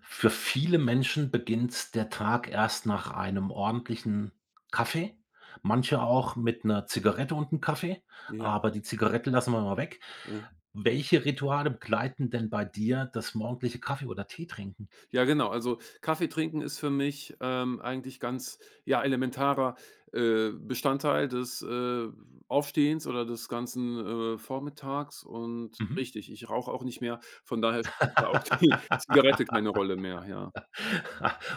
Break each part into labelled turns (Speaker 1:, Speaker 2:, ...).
Speaker 1: Für viele Menschen beginnt der Tag erst nach einem ordentlichen Kaffee, manche auch mit einer Zigarette und einem Kaffee,
Speaker 2: Ja,
Speaker 1: aber die Zigarette lassen wir mal weg.
Speaker 2: ja.
Speaker 1: Welche Rituale begleiten denn bei dir das morgendliche Kaffee oder Tee trinken?
Speaker 2: Ja, genau. Also, Kaffee trinken ist für mich, eigentlich ganz, ja, elementarer, Bestandteil des, Aufstehens oder des ganzen, Vormittags und
Speaker 1: Mhm.
Speaker 2: richtig, ich rauche auch nicht mehr, von daher spielt da auch die Zigarette keine Rolle mehr, ja.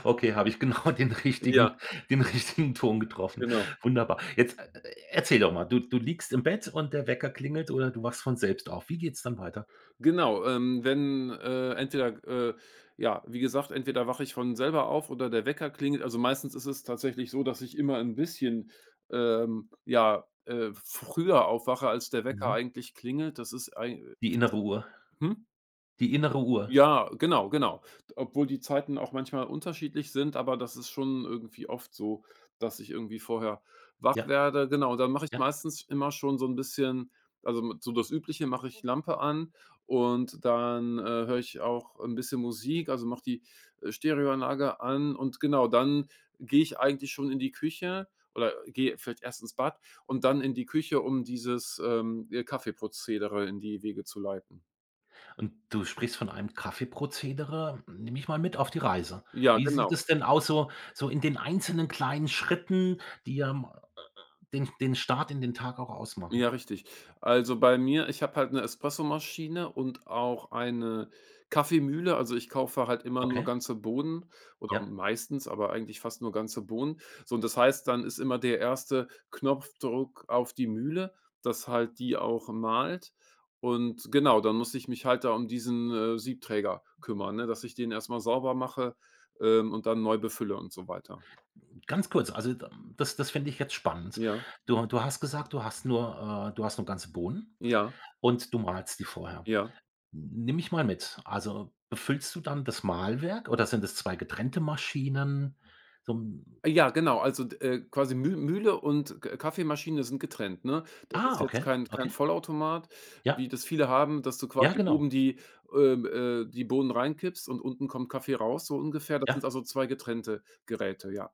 Speaker 1: Okay, habe ich genau den richtigen
Speaker 2: Ja,
Speaker 1: den richtigen Ton getroffen.
Speaker 2: genau.
Speaker 1: Wunderbar. Jetzt, erzähl doch mal, du liegst im Bett und der Wecker klingelt oder du wachst von selbst auf. Wie geht's dann weiter?
Speaker 2: Genau, wenn, entweder, ja, wie gesagt, entweder wache ich von selber auf oder der Wecker klingelt. Also, meistens ist es tatsächlich so, dass ich immer ein bisschen, ja, früher aufwache, als der Wecker
Speaker 1: Mhm.
Speaker 2: eigentlich klingelt. Das ist ein
Speaker 1: Die innere
Speaker 2: fast
Speaker 1: Uhr.
Speaker 2: hm?
Speaker 1: Die innere Uhr.
Speaker 2: Ja, genau, genau. Obwohl die Zeiten auch manchmal unterschiedlich sind, aber das ist schon irgendwie oft so, dass ich irgendwie vorher wach
Speaker 1: Ja,
Speaker 2: werde. Genau, und dann mache ich
Speaker 1: ja.
Speaker 2: meistens immer schon so ein bisschen also, m so das Übliche, mache ich Lampe an und dann, höre ich auch ein bisschen Musik, also mache die, Stereoanlage an und genau, dann gehe ich eigentlich schon in die Küche oder gehe vielleicht erst ins Bad und dann in die Küche, um dieses, Kaffeeprozedere in die Wege zu leiten.
Speaker 1: Und du sprichst von einem Kaffeeprozedere. Nimm mich mal mit auf die Reise.
Speaker 2: Ja,
Speaker 1: Wie sieht
Speaker 2: genau.
Speaker 1: es denn aus, so in den einzelnen kleinen Schritten, die ja m den Start in den Tag auch ausmachen?
Speaker 2: Ja, richtig. Also, bei mir, ich habe halt eine Espressomaschine und auch eine Kaffeemühle. Also, ich kaufe halt immer nur
Speaker 1: Okay,
Speaker 2: ganze Bohnen oder
Speaker 1: ja.
Speaker 2: meistens, aber eigentlich fast nur ganze Bohnen. So, und das heißt, dann ist immer der erste Knopfdruck auf die Mühle, dass halt die auch mahlt. Und genau, dann muss ich mich halt da um diesen, Siebträger kümmern, ne, dass ich den erstmal sauber mache, und dann neu befülle und so weiter.
Speaker 1: Ganz kurz, also d das finde ich jetzt spannend.
Speaker 2: Ja,
Speaker 1: Du hast gesagt, du hast nur ganze Bohnen
Speaker 2: ja,
Speaker 1: und du mahlst die vorher.
Speaker 2: ja.
Speaker 1: Nimm mich mal mit. Also, befüllst du dann das Mahlwerk oder sind es 2 getrennte Maschinen? So 'n
Speaker 2: Ja, genau, also, d quasi Mühle und K Kaffeemaschine sind getrennt, ne? Das ist
Speaker 1: Ah,
Speaker 2: jetzt
Speaker 1: okay,
Speaker 2: kein
Speaker 1: okay.
Speaker 2: Vollautomat, wie
Speaker 1: Ja,
Speaker 2: das viele haben, dass du
Speaker 1: ja,
Speaker 2: quasi
Speaker 1: genau.
Speaker 2: oben die, die Bohnen reinkippst und unten kommt Kaffee raus, so ungefähr. Das sind
Speaker 1: Ja,
Speaker 2: also 2 getrennte Geräte, ja.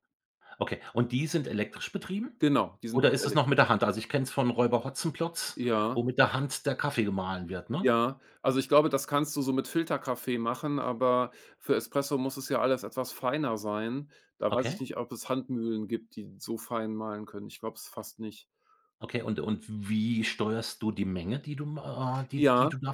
Speaker 1: okay. Und die sind elektrisch betrieben?
Speaker 2: Genau, die sind
Speaker 1: Oder
Speaker 2: beide
Speaker 1: ist es
Speaker 2: elekt
Speaker 1: noch mit der Hand? Also, ich kenne es von Räuber Hotzenplotz,
Speaker 2: ja,
Speaker 1: wo mit der Hand der Kaffee gemahlen wird, ne?
Speaker 2: ja. Also, ich glaube, das kannst du so mit Filterkaffee machen, aber für Espresso muss es ja alles etwas feiner sein. Da weiß ich
Speaker 1: Okay,
Speaker 2: nicht, ob es Handmühlen gibt, die so fein mahlen können. Ich glaube es fast nicht.
Speaker 1: okay. Und wie steuerst du die Menge, die du ma die
Speaker 2: Ja.
Speaker 1: du da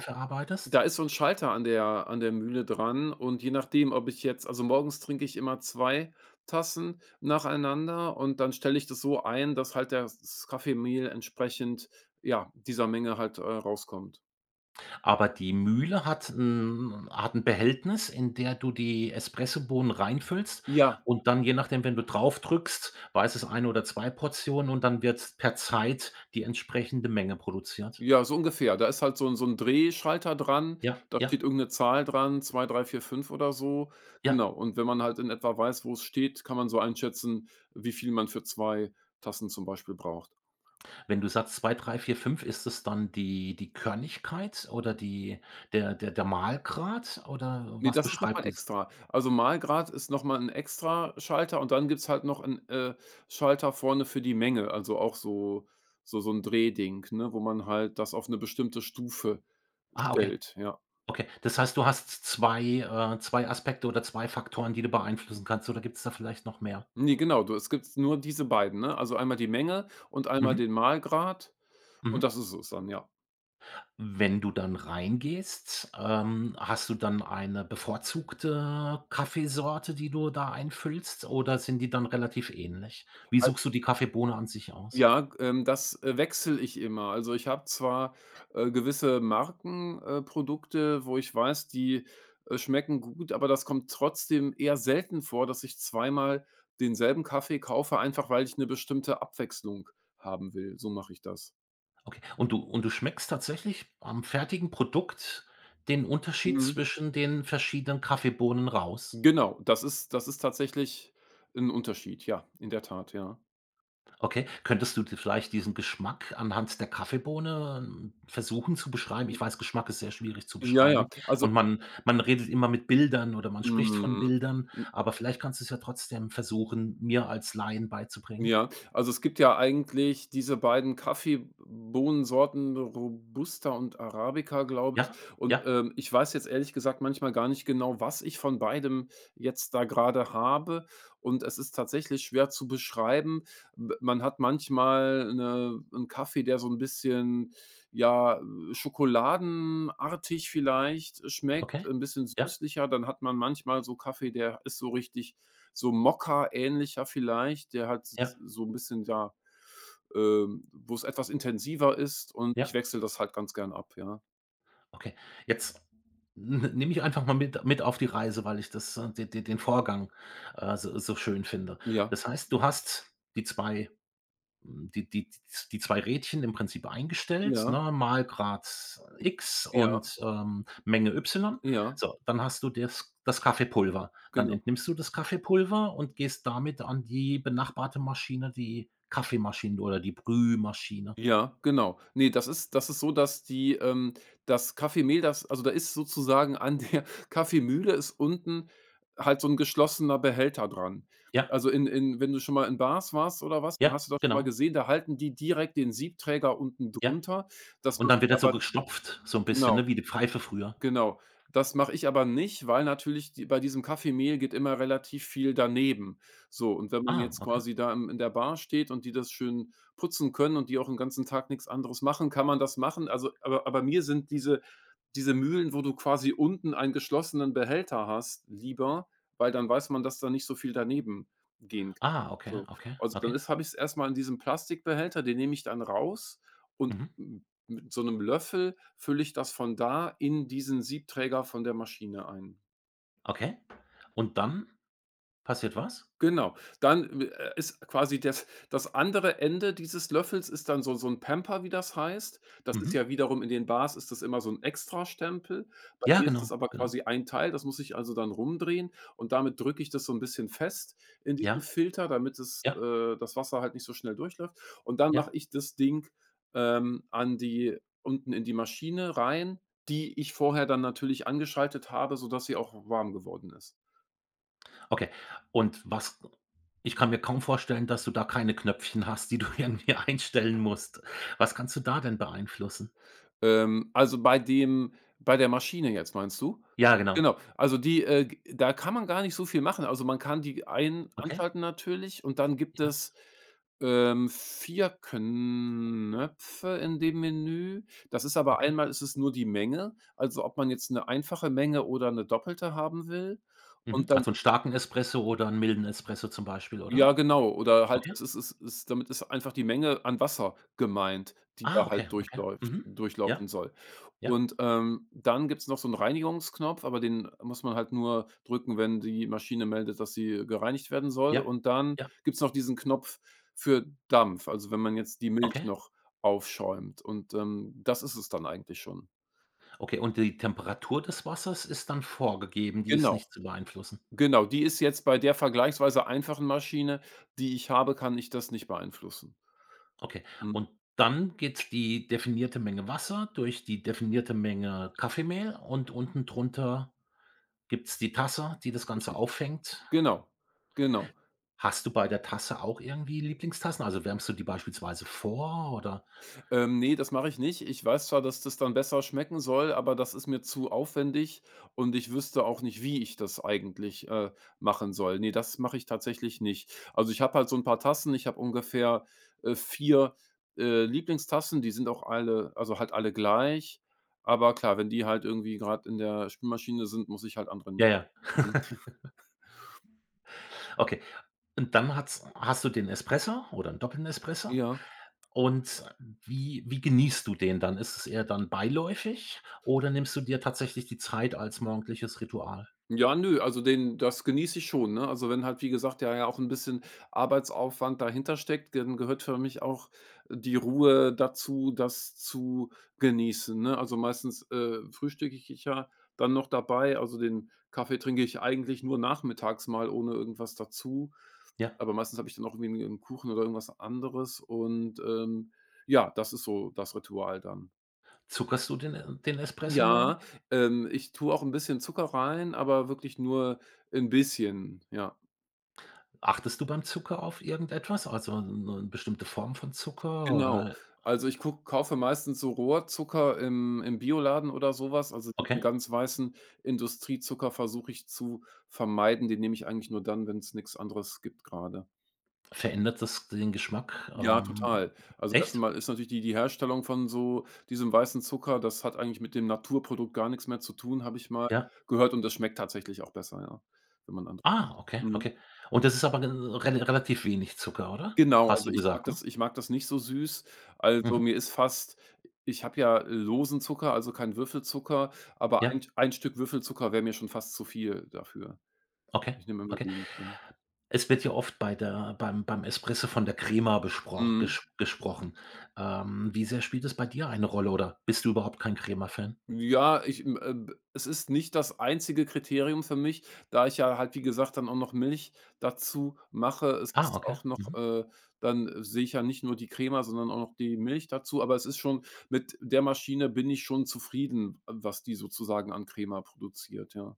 Speaker 2: Da
Speaker 1: verarbeitest?
Speaker 2: ist so 'n Schalter an der Mühle dran und je nachdem, ob ich jetzt, also, morgens trinke ich immer 2 Tassen nacheinander und dann stelle ich das so ein, dass halt das Kaffeemehl entsprechend, ja, dieser Menge halt, rauskommt.
Speaker 1: Aber die Mühle hat 'n Behältnis, in der du die Espressobohnen reinfüllst
Speaker 2: Ja,
Speaker 1: und dann, je nachdem, wenn du draufdrückst, war es 1 oder 2 Portionen und dann wird per Zeit die entsprechende Menge produziert.
Speaker 2: ja, so ungefähr. Da ist halt so 'n Drehschalter dran,
Speaker 1: Ja,
Speaker 2: da steht
Speaker 1: ja,
Speaker 2: irgend 'ne Zahl dran, 2, 3, 4, 5 oder so.
Speaker 1: ja.
Speaker 2: Genau, und wenn man halt in etwa weiß, wo es steht, kann man so einschätzen, wie viel man für 2 Tassen zum Beispiel braucht.
Speaker 1: Wenn du sagst 2, 3, 4, 5, ist es dann die Körnigkeit oder die der der der Mahlgrad oder
Speaker 2: Ne,
Speaker 1: was
Speaker 2: das ist noch
Speaker 1: beschreibt
Speaker 2: mal
Speaker 1: dies?
Speaker 2: extra. Also, Malgrad ist noch mal 'n extra Schalter und dann gibt's halt noch einen Schalter vorne für die Menge, also auch so ein Drehding, ne, wo man halt das auf eine bestimmte Stufe
Speaker 1: Ah, okay,
Speaker 2: stellt, ja.
Speaker 1: okay. Das heißt, du hast 2 2 Aspekte oder 2 Faktoren, die du beeinflussen kannst, oder gibt's da vielleicht noch mehr?
Speaker 2: Ne, genau, du es gibt nur diese beiden, ne? Also einmal die Menge und einmal
Speaker 1: Mhm,
Speaker 2: den Malgrad und
Speaker 1: mhm.
Speaker 2: das ist es dann, ja.
Speaker 1: Wenn du dann reingehst, hast du dann eine bevorzugte Kaffeesorte, die du da einfüllst, oder sind die dann relativ ähnlich? Wie suchst du die Kaffeebohne an sich aus?
Speaker 2: Ja, g das, wechsle ich immer. Also, ich habe zwar, gewisse Markenprodukte, Produkte, wo ich weiß, die, schmecken gut, aber das kommt trotzdem eher selten vor, dass ich zweimal denselben Kaffee kaufe, einfach weil ich eine bestimmte Abwechslung haben will. So mache ich das.
Speaker 1: Okay. Und du schmeckst tatsächlich am fertigen Produkt den Unterschied
Speaker 2: Mhm.
Speaker 1: zwischen den verschiedenen Kaffeebohnen raus?
Speaker 2: Genau, das ist tatsächlich ein Unterschied. Ja, in der Tat, ja.
Speaker 1: Okay. Könntest du dir vielleicht diesen Geschmack anhand der Kaffeebohne, versuchen zu beschreiben? Ich weiß, Geschmack ist sehr schwierig zu
Speaker 2: Ja, ja.
Speaker 1: beschreiben
Speaker 2: Also,
Speaker 1: und man redet immer mit Bildern oder man spricht von
Speaker 2: mhm.
Speaker 1: Bildern, aber vielleicht kannst du es ja trotzdem versuchen, mir als Laien beizubringen.
Speaker 2: Ja, also es gibt ja eigentlich diese beiden Kaffeebohnensorten Robusta und Arabica, glaube ich.
Speaker 1: Ja?
Speaker 2: Und,
Speaker 1: Ja?
Speaker 2: ich weiß jetzt ehrlich gesagt manchmal gar nicht genau, was ich von beidem jetzt da gerade habe. Und es ist tatsächlich schwer zu beschreiben. B Man hat manchmal 'n Kaffee, der so ein bisschen, ja, schokoladenartig vielleicht schmeckt,
Speaker 1: Okay.
Speaker 2: ein bisschen
Speaker 1: Ja,
Speaker 2: süßlicher. Dann hat man manchmal so Kaffee, der ist so richtig so Mokka-ähnlicher vielleicht, der hat
Speaker 1: ja,
Speaker 2: so ein bisschen, ja, wo es etwas intensiver ist und ich
Speaker 1: ja.
Speaker 2: wechsle das halt ganz gern ab, ja.
Speaker 1: Okay. Jetzt n nimm mich einfach mal mit auf die Reise, weil ich das, de de den Vorgang, so schön finde.
Speaker 2: Ja,
Speaker 1: Das heißt, du hast die 2. Hm, die zwei Rädchen im Prinzip eingestellt,
Speaker 2: ja,
Speaker 1: ne, mal Grad X
Speaker 2: ja,
Speaker 1: und, Menge Y.
Speaker 2: ja,
Speaker 1: So, dann hast du das Kaffeepulver. Dann
Speaker 2: genau.
Speaker 1: entnimmst du das Kaffeepulver und gehst damit an die benachbarte Maschine, die Kaffeemaschine oder die Brühmaschine.
Speaker 2: Ja, genau. Ne, das ist so, dass die das Kaffeemehl, das also, da ist sozusagen an der Kaffeemühle ist unten halt so 'n geschlossener Behälter dran.
Speaker 1: Ja,
Speaker 2: Also, in wenn du schon mal in Bars warst oder was, dann
Speaker 1: ja,
Speaker 2: hast du das schon mal
Speaker 1: genau,
Speaker 2: gesehen, da halten die direkt den Siebträger unten
Speaker 1: ja.
Speaker 2: drunter, dass
Speaker 1: Und
Speaker 2: man
Speaker 1: dann wird
Speaker 2: sich
Speaker 1: das so
Speaker 2: aber
Speaker 1: gestopft, so ein bisschen,
Speaker 2: genau.
Speaker 1: ne, wie die Pfeife früher.
Speaker 2: Genau. Das mache ich aber nicht, weil natürlich die bei diesem Kaffeemehl geht immer relativ viel daneben. So, und wenn man
Speaker 1: Ah,
Speaker 2: jetzt
Speaker 1: okay.
Speaker 2: quasi da im in der Bar steht und die das schön putzen können und die auch den ganzen Tag nichts anderes machen, kann man das machen. Also, aber mir sind diese Mühlen, wo du quasi unten einen geschlossenen Behälter hast, lieber, weil dann weiß man, dass da nicht so viel daneben gehen kann.
Speaker 1: Ah, okay,
Speaker 2: So,
Speaker 1: okay,
Speaker 2: also, dann
Speaker 1: okay.
Speaker 2: ist habe ich's erst mal in diesem Plastikbehälter, den nehme ich dann raus und
Speaker 1: Mhm.
Speaker 2: mit so 'nem Löffel fülle ich das von da in diesen Siebträger von der Maschine ein.
Speaker 1: Okay. Und dann passiert was?
Speaker 2: Genau. Dann, ist quasi, das andere Ende dieses Löffels ist dann so ein Pamper, wie das heißt. Das
Speaker 1: Mhm.
Speaker 2: ist ja wiederum, in den Bars ist das immer so ein Extrastempel. Bei
Speaker 1: Ja,
Speaker 2: mir ist das
Speaker 1: genau,
Speaker 2: aber
Speaker 1: genau.
Speaker 2: quasi ein Teil, das muss ich also dann rumdrehen und damit drücke ich das so ein bisschen fest in diesem
Speaker 1: Ja,
Speaker 2: Filter, damit es
Speaker 1: ja.
Speaker 2: das Wasser halt nicht so schnell durchläuft. Und dann mache
Speaker 1: Ja,
Speaker 2: ich das Ding, an die unten in die Maschine rein, die ich vorher dann natürlich angeschaltet habe, sodass sie auch warm geworden ist.
Speaker 1: okay. Und was, ich kann mir kaum vorstellen, dass du da keine Knöpfchen hast, die du irgendwie einstellen musst. Was kannst du da denn beeinflussen?
Speaker 2: Also, bei der Maschine jetzt, meinst du?
Speaker 1: Ja, genau.
Speaker 2: Genau, also die, g da kann man gar nicht so viel machen. Also, man kann die ein
Speaker 1: Okay.
Speaker 2: anschalten natürlich und dann gibt
Speaker 1: Ja,
Speaker 2: es, 4 Knöpfe in dem Menü. Das ist aber,
Speaker 1: okay.
Speaker 2: einmal ist es nur die Menge, also ob man jetzt eine einfache Menge oder eine doppelte haben will.
Speaker 1: Mhm.
Speaker 2: Und dann
Speaker 1: Also einen
Speaker 2: gibt's
Speaker 1: starken Espresso oder einen milden Espresso zum Beispiel,
Speaker 2: ja,
Speaker 1: oder?
Speaker 2: genau. Oder halt, es
Speaker 1: Okay.
Speaker 2: ist es ist damit ist einfach die Menge an Wasser gemeint, die da
Speaker 1: Ah,
Speaker 2: halt
Speaker 1: okay, okay.
Speaker 2: durchläuft
Speaker 1: Mhm.
Speaker 2: durchlaufen
Speaker 1: Ja,
Speaker 2: soll.
Speaker 1: ja,
Speaker 2: Und, dann gibt's noch so einen Reinigungsknopf, aber den muss man halt nur drücken, wenn die Maschine meldet, dass sie gereinigt werden soll.
Speaker 1: ja,
Speaker 2: Und dann
Speaker 1: ja.
Speaker 2: gibt's noch diesen Knopf für Dampf, also wenn man jetzt die Milch
Speaker 1: Okay,
Speaker 2: noch aufschäumt. Und, das ist es dann eigentlich schon.
Speaker 1: okay. Und die Temperatur des Wassers ist dann vorgegeben, die ist
Speaker 2: Genau,
Speaker 1: nicht zu beeinflussen?
Speaker 2: genau. Die ist jetzt bei der vergleichsweise einfachen Maschine, die ich habe, kann ich das nicht beeinflussen.
Speaker 1: Okay.
Speaker 2: Mhm,
Speaker 1: Und dann geht die definierte Menge Wasser durch die definierte Menge Kaffeemehl und unten drunter gibt's die Tasse, die das Ganze
Speaker 2: richtig.
Speaker 1: auffängt.
Speaker 2: Genau, genau.
Speaker 1: Hast du bei der Tasse auch irgendwie Lieblingstassen? Also, wärmst du die beispielsweise vor oder?
Speaker 2: Ne, das mache ich nicht. Ich weiß zwar, dass das dann besser schmecken soll, aber das ist mir zu aufwendig und ich wüsste auch nicht, wie ich das eigentlich, machen soll. Ne, das mache ich tatsächlich nicht. Also, ich habe halt so ein paar Tassen. Ich habe ungefähr, 4, Lieblingstassen. Die sind auch alle, also, halt alle gleich. Aber klar, wenn die halt irgendwie gerade in der Spülmaschine sind, muss ich halt andere nehmen.
Speaker 1: Ja, ja, okay. Und dann hat's hast du den Espresso oder einen Doppelten Espresso?
Speaker 2: Ja.
Speaker 1: Und wie genießt du den dann? Ist es eher dann beiläufig oder nimmst du dir tatsächlich die Zeit als morgendliches Ritual?
Speaker 2: Ja, nö, also den das genieße ich schon, ne? Also, wenn halt, wie gesagt, ja, ja, auch ein bisschen Arbeitsaufwand dahinter steckt, dann gehört für mich auch die Ruhe dazu, das zu genießen, ne? Also, meistens, frühstücke ich ja dann noch dabei. Also, den Kaffee trinke ich eigentlich nur nachmittags mal ohne irgendwas dazu.
Speaker 1: Ja.
Speaker 2: Aber meistens habe ich dann auch irgendwie einen Kuchen oder irgendwas anderes und, ja, das ist so das Ritual dann.
Speaker 1: Zuckerst du den, den Espresso morgens?
Speaker 2: Ja, ich tue auch 'n bisschen Zucker rein, aber wirklich nur 'n bisschen, ja,
Speaker 1: Achtest du beim Zucker auf irgendetwas, also eine bestimmte Form von Zucker
Speaker 2: genau.
Speaker 1: oder?
Speaker 2: Also, ich gucke kaufe meistens so Rohrzucker im Bioladen oder so was. Also, diesen
Speaker 1: Okay.
Speaker 2: ganz weißen Industriezucker versuche ich zu vermeiden. Den nehme ich eigentlich nur dann, wenn's nix anderes gibt grade.
Speaker 1: Verändert das den Geschmack?
Speaker 2: Ja, total. Also, erst
Speaker 1: Echt?
Speaker 2: einmal ist natürlich die Herstellung von so diesem weißen Zucker, das hat eigentlich mit dem Naturprodukt gar nix mehr zu tun, habe ich mal
Speaker 1: Ja.
Speaker 2: gehört, und das schmeckt tatsächlich auch besser, ja, wenn man andere nimmt.
Speaker 1: Ah, okay,
Speaker 2: Mhm.
Speaker 1: okay. Und das ist aber gen rel relativ wenig Zucker, oder?
Speaker 2: Genau,
Speaker 1: Hast
Speaker 2: also
Speaker 1: du gesagt, ne?
Speaker 2: ich mag das nicht so süß. Also,
Speaker 1: Mhm.
Speaker 2: mir ist fast ich habe ja losen Zucker, also kein Würfelzucker, aber ein
Speaker 1: Ja,
Speaker 2: ein Stück Würfelzucker wäre mir schon fast zu viel dafür.
Speaker 1: okay,
Speaker 2: Ich nehme immer
Speaker 1: okay.
Speaker 2: wenig, ja.
Speaker 1: Es wird ja oft bei der beim Espresso von der Crema besproch
Speaker 2: Mhm.
Speaker 1: ges gesprochen. Wie sehr spielt es bei dir eine Rolle oder bist du überhaupt kein Crema-Fan?
Speaker 2: Ja, ich, b es ist nicht das einzige Kriterium für mich, da ich ja halt, wie gesagt, dann auch noch Milch dazu mache. Es
Speaker 1: Ah,
Speaker 2: ist
Speaker 1: okay.
Speaker 2: auch noch,
Speaker 1: Mhm.
Speaker 2: Dann sehe ich ja nicht nur die Crema, sondern auch noch die Milch dazu. Aber es ist schon mit der Maschine bin ich schon zufrieden, was die sozusagen an Crema produziert, ja.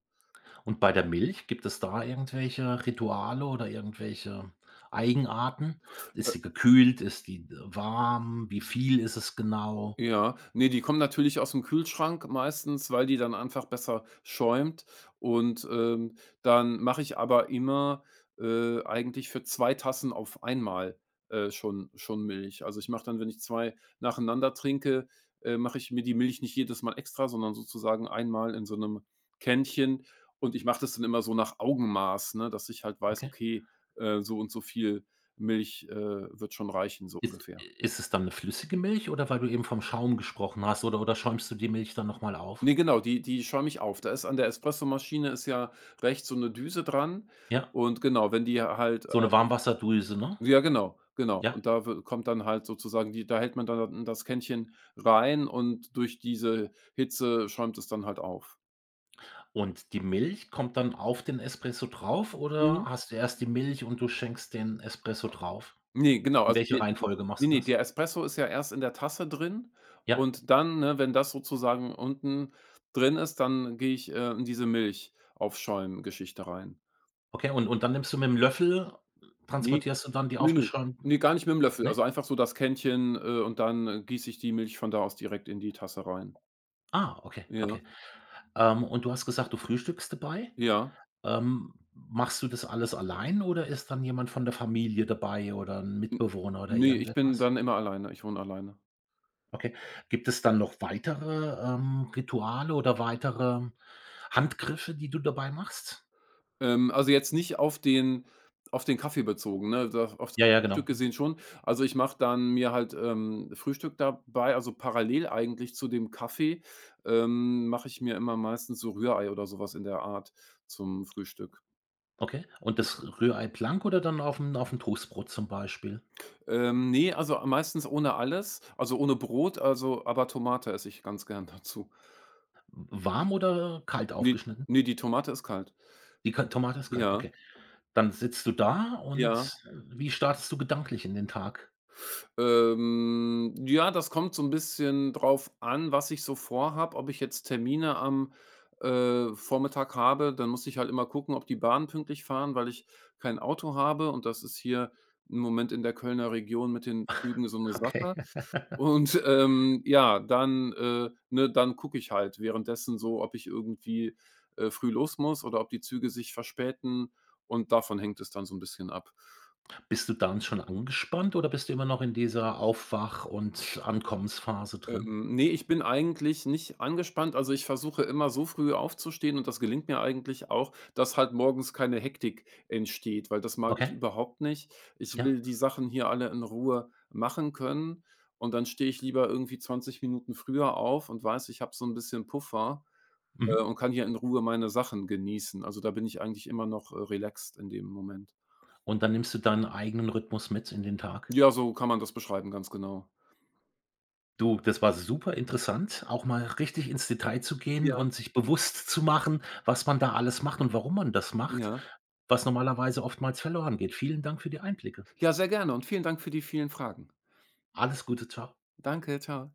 Speaker 1: Und bei der Milch, gibt es da irgendwelche Rituale oder irgendwelche Eigenarten? Ist sie gekühlt? Ist die warm? Wie viel ist es genau?
Speaker 2: Ja, ne, die kommen natürlich aus dem Kühlschrank meistens, weil die dann einfach besser schäumt, und, dann mache ich aber immer, eigentlich für 2 Tassen auf einmal, schon Milch. Also, ich mache dann, wenn ich 2 nacheinander trinke, mache ich mir die Milch nicht jedes Mal extra, sondern sozusagen einmal in so einem Kännchen, und ich mache das dann immer so nach Augenmaß, ne, dass ich halt weiß,
Speaker 1: Okay.
Speaker 2: okay, so und so viel Milch, wird schon reichen, so
Speaker 1: Ist
Speaker 2: ungefähr.
Speaker 1: ist es dann eine flüssige Milch oder, weil du eben vom Schaum gesprochen hast, oder schäumst du die Milch dann noch mal auf?
Speaker 2: Ne, genau, die schäume ich auf. Da ist an der Espressomaschine ist ja rechts so eine Düse dran,
Speaker 1: Ja,
Speaker 2: und genau, wenn die halt
Speaker 1: so eine Warmwasserdrüse, ne?
Speaker 2: ja, genau, genau.
Speaker 1: Ja.
Speaker 2: Und da w kommt dann halt sozusagen die da hält man dann das Kännchen rein und durch diese Hitze schäumt es dann halt auf.
Speaker 1: Und die Milch kommt dann auf den Espresso drauf oder
Speaker 2: Mhm.
Speaker 1: hast du erst die Milch und du schenkst den Espresso drauf?
Speaker 2: Ne, genau,
Speaker 1: In
Speaker 2: also
Speaker 1: welcher
Speaker 2: die die
Speaker 1: Reihenfolge machst
Speaker 2: ne,
Speaker 1: du
Speaker 2: ne,
Speaker 1: das?
Speaker 2: der Espresso ist ja erst in der Tasse drin,
Speaker 1: Ja,
Speaker 2: und dann, ne, wenn das sozusagen unten drin ist, dann gehe ich, in diese Milch-Aufschäumen-Geschichte rein.
Speaker 1: okay. Und dann nimmst du mit dem Löffel,
Speaker 2: Ne,
Speaker 1: transportierst du dann die
Speaker 2: ne, ne. Ne,
Speaker 1: aufgeschäumten,
Speaker 2: gar nicht mit'm Löffel.
Speaker 1: ne?
Speaker 2: Also, einfach so das Kännchen, und dann gieße ich die Milch von da aus direkt in die Tasse rein.
Speaker 1: Ah, okay,
Speaker 2: Ja,
Speaker 1: okay. Und du hast gesagt, du frühstückst dabei.
Speaker 2: ja.
Speaker 1: Machst du das alles allein oder ist dann jemand von der Familie dabei oder ein
Speaker 2: N
Speaker 1: Mitbewohner oder
Speaker 2: Ne, ich bin
Speaker 1: irgendetwas?
Speaker 2: dann immer alleine. Ich wohne alleine.
Speaker 1: Okay. Gibt es dann noch weitere, Rituale oder weitere Handgriffe, die du dabei machst?
Speaker 2: Also, jetzt nicht auf den Kaffee bezogen, ne? Da auf das
Speaker 1: Ja, ja, genau.
Speaker 2: Frühstück gesehen schon. Also, ich mache dann mir halt, Frühstück dabei, also, parallel eigentlich zu dem Kaffee, mache ich mir immer meistens so Rührei oder so was in der Art zum Frühstück.
Speaker 1: Okay. Und das Rührei blank oder dann auf'm auf'm Toastbrot zum Beispiel?
Speaker 2: Ne, also meistens ohne alles, also ohne Brot, also aber Tomate esse ich ganz gern dazu.
Speaker 1: Warm oder kalt
Speaker 2: Ne,
Speaker 1: aufgeschnitten?
Speaker 2: ne, die Tomate ist kalt.
Speaker 1: Die Ka Tomate ist kalt,
Speaker 2: Ja,
Speaker 1: okay. Dann sitzt du da und,
Speaker 2: ja.
Speaker 1: äh, wie startest du gedanklich in den Tag?
Speaker 2: Ja, das kommt so ein bisschen drauf an, was ich so vorhab. Ob ich jetzt Termine am, Vormittag habe, dann muss ich halt immer gucken, ob die Bahnen pünktlich fahren, weil ich kein Auto habe, und das ist hier im Moment in der Kölner Region mit den Zügen so eine
Speaker 1: Okay.
Speaker 2: Sache. Und, ja, ne, dann gucke ich halt währenddessen so, ob ich irgendwie, früh los muss oder ob die Züge sich verspäten, und davon hängt es dann so ein bisschen ab.
Speaker 1: Bist du dann schon angespannt oder bist du immer noch in dieser Aufwach- und Ankommensphase drin?
Speaker 2: Ne, ich bin eigentlich nicht angespannt. Also, ich versuche immer so früh aufzustehen, und das gelingt mir eigentlich auch, dass halt morgens keine Hektik entsteht, weil das mag ich
Speaker 1: Okay,
Speaker 2: überhaupt nicht. Ich
Speaker 1: ja.
Speaker 2: will die Sachen hier alle in Ruhe machen können, und dann stehe ich lieber irgendwie 20 Minuten früher auf und weiß, ich habe so ein bisschen Puffer,
Speaker 1: Mhm.
Speaker 2: und kann hier in Ruhe meine Sachen genießen. Also, da bin ich eigentlich immer noch, relaxed in dem Moment.
Speaker 1: Und dann nimmst du deinen eigenen Rhythmus mit in den Tag?
Speaker 2: Ja, so kann man das beschreiben, ganz genau.
Speaker 1: Du, das war super interessant, auch mal richtig ins Detail zu gehen
Speaker 2: Ja.
Speaker 1: und sich bewusst zu machen, was man da alles macht und warum man das macht,
Speaker 2: Ja.
Speaker 1: was normalerweise oftmals verloren geht. Vielen Dank für die Einblicke.
Speaker 2: Ja, sehr gerne, und vielen Dank für die vielen Fragen.
Speaker 1: Alles Gute, tschau.
Speaker 2: Danke, tschau.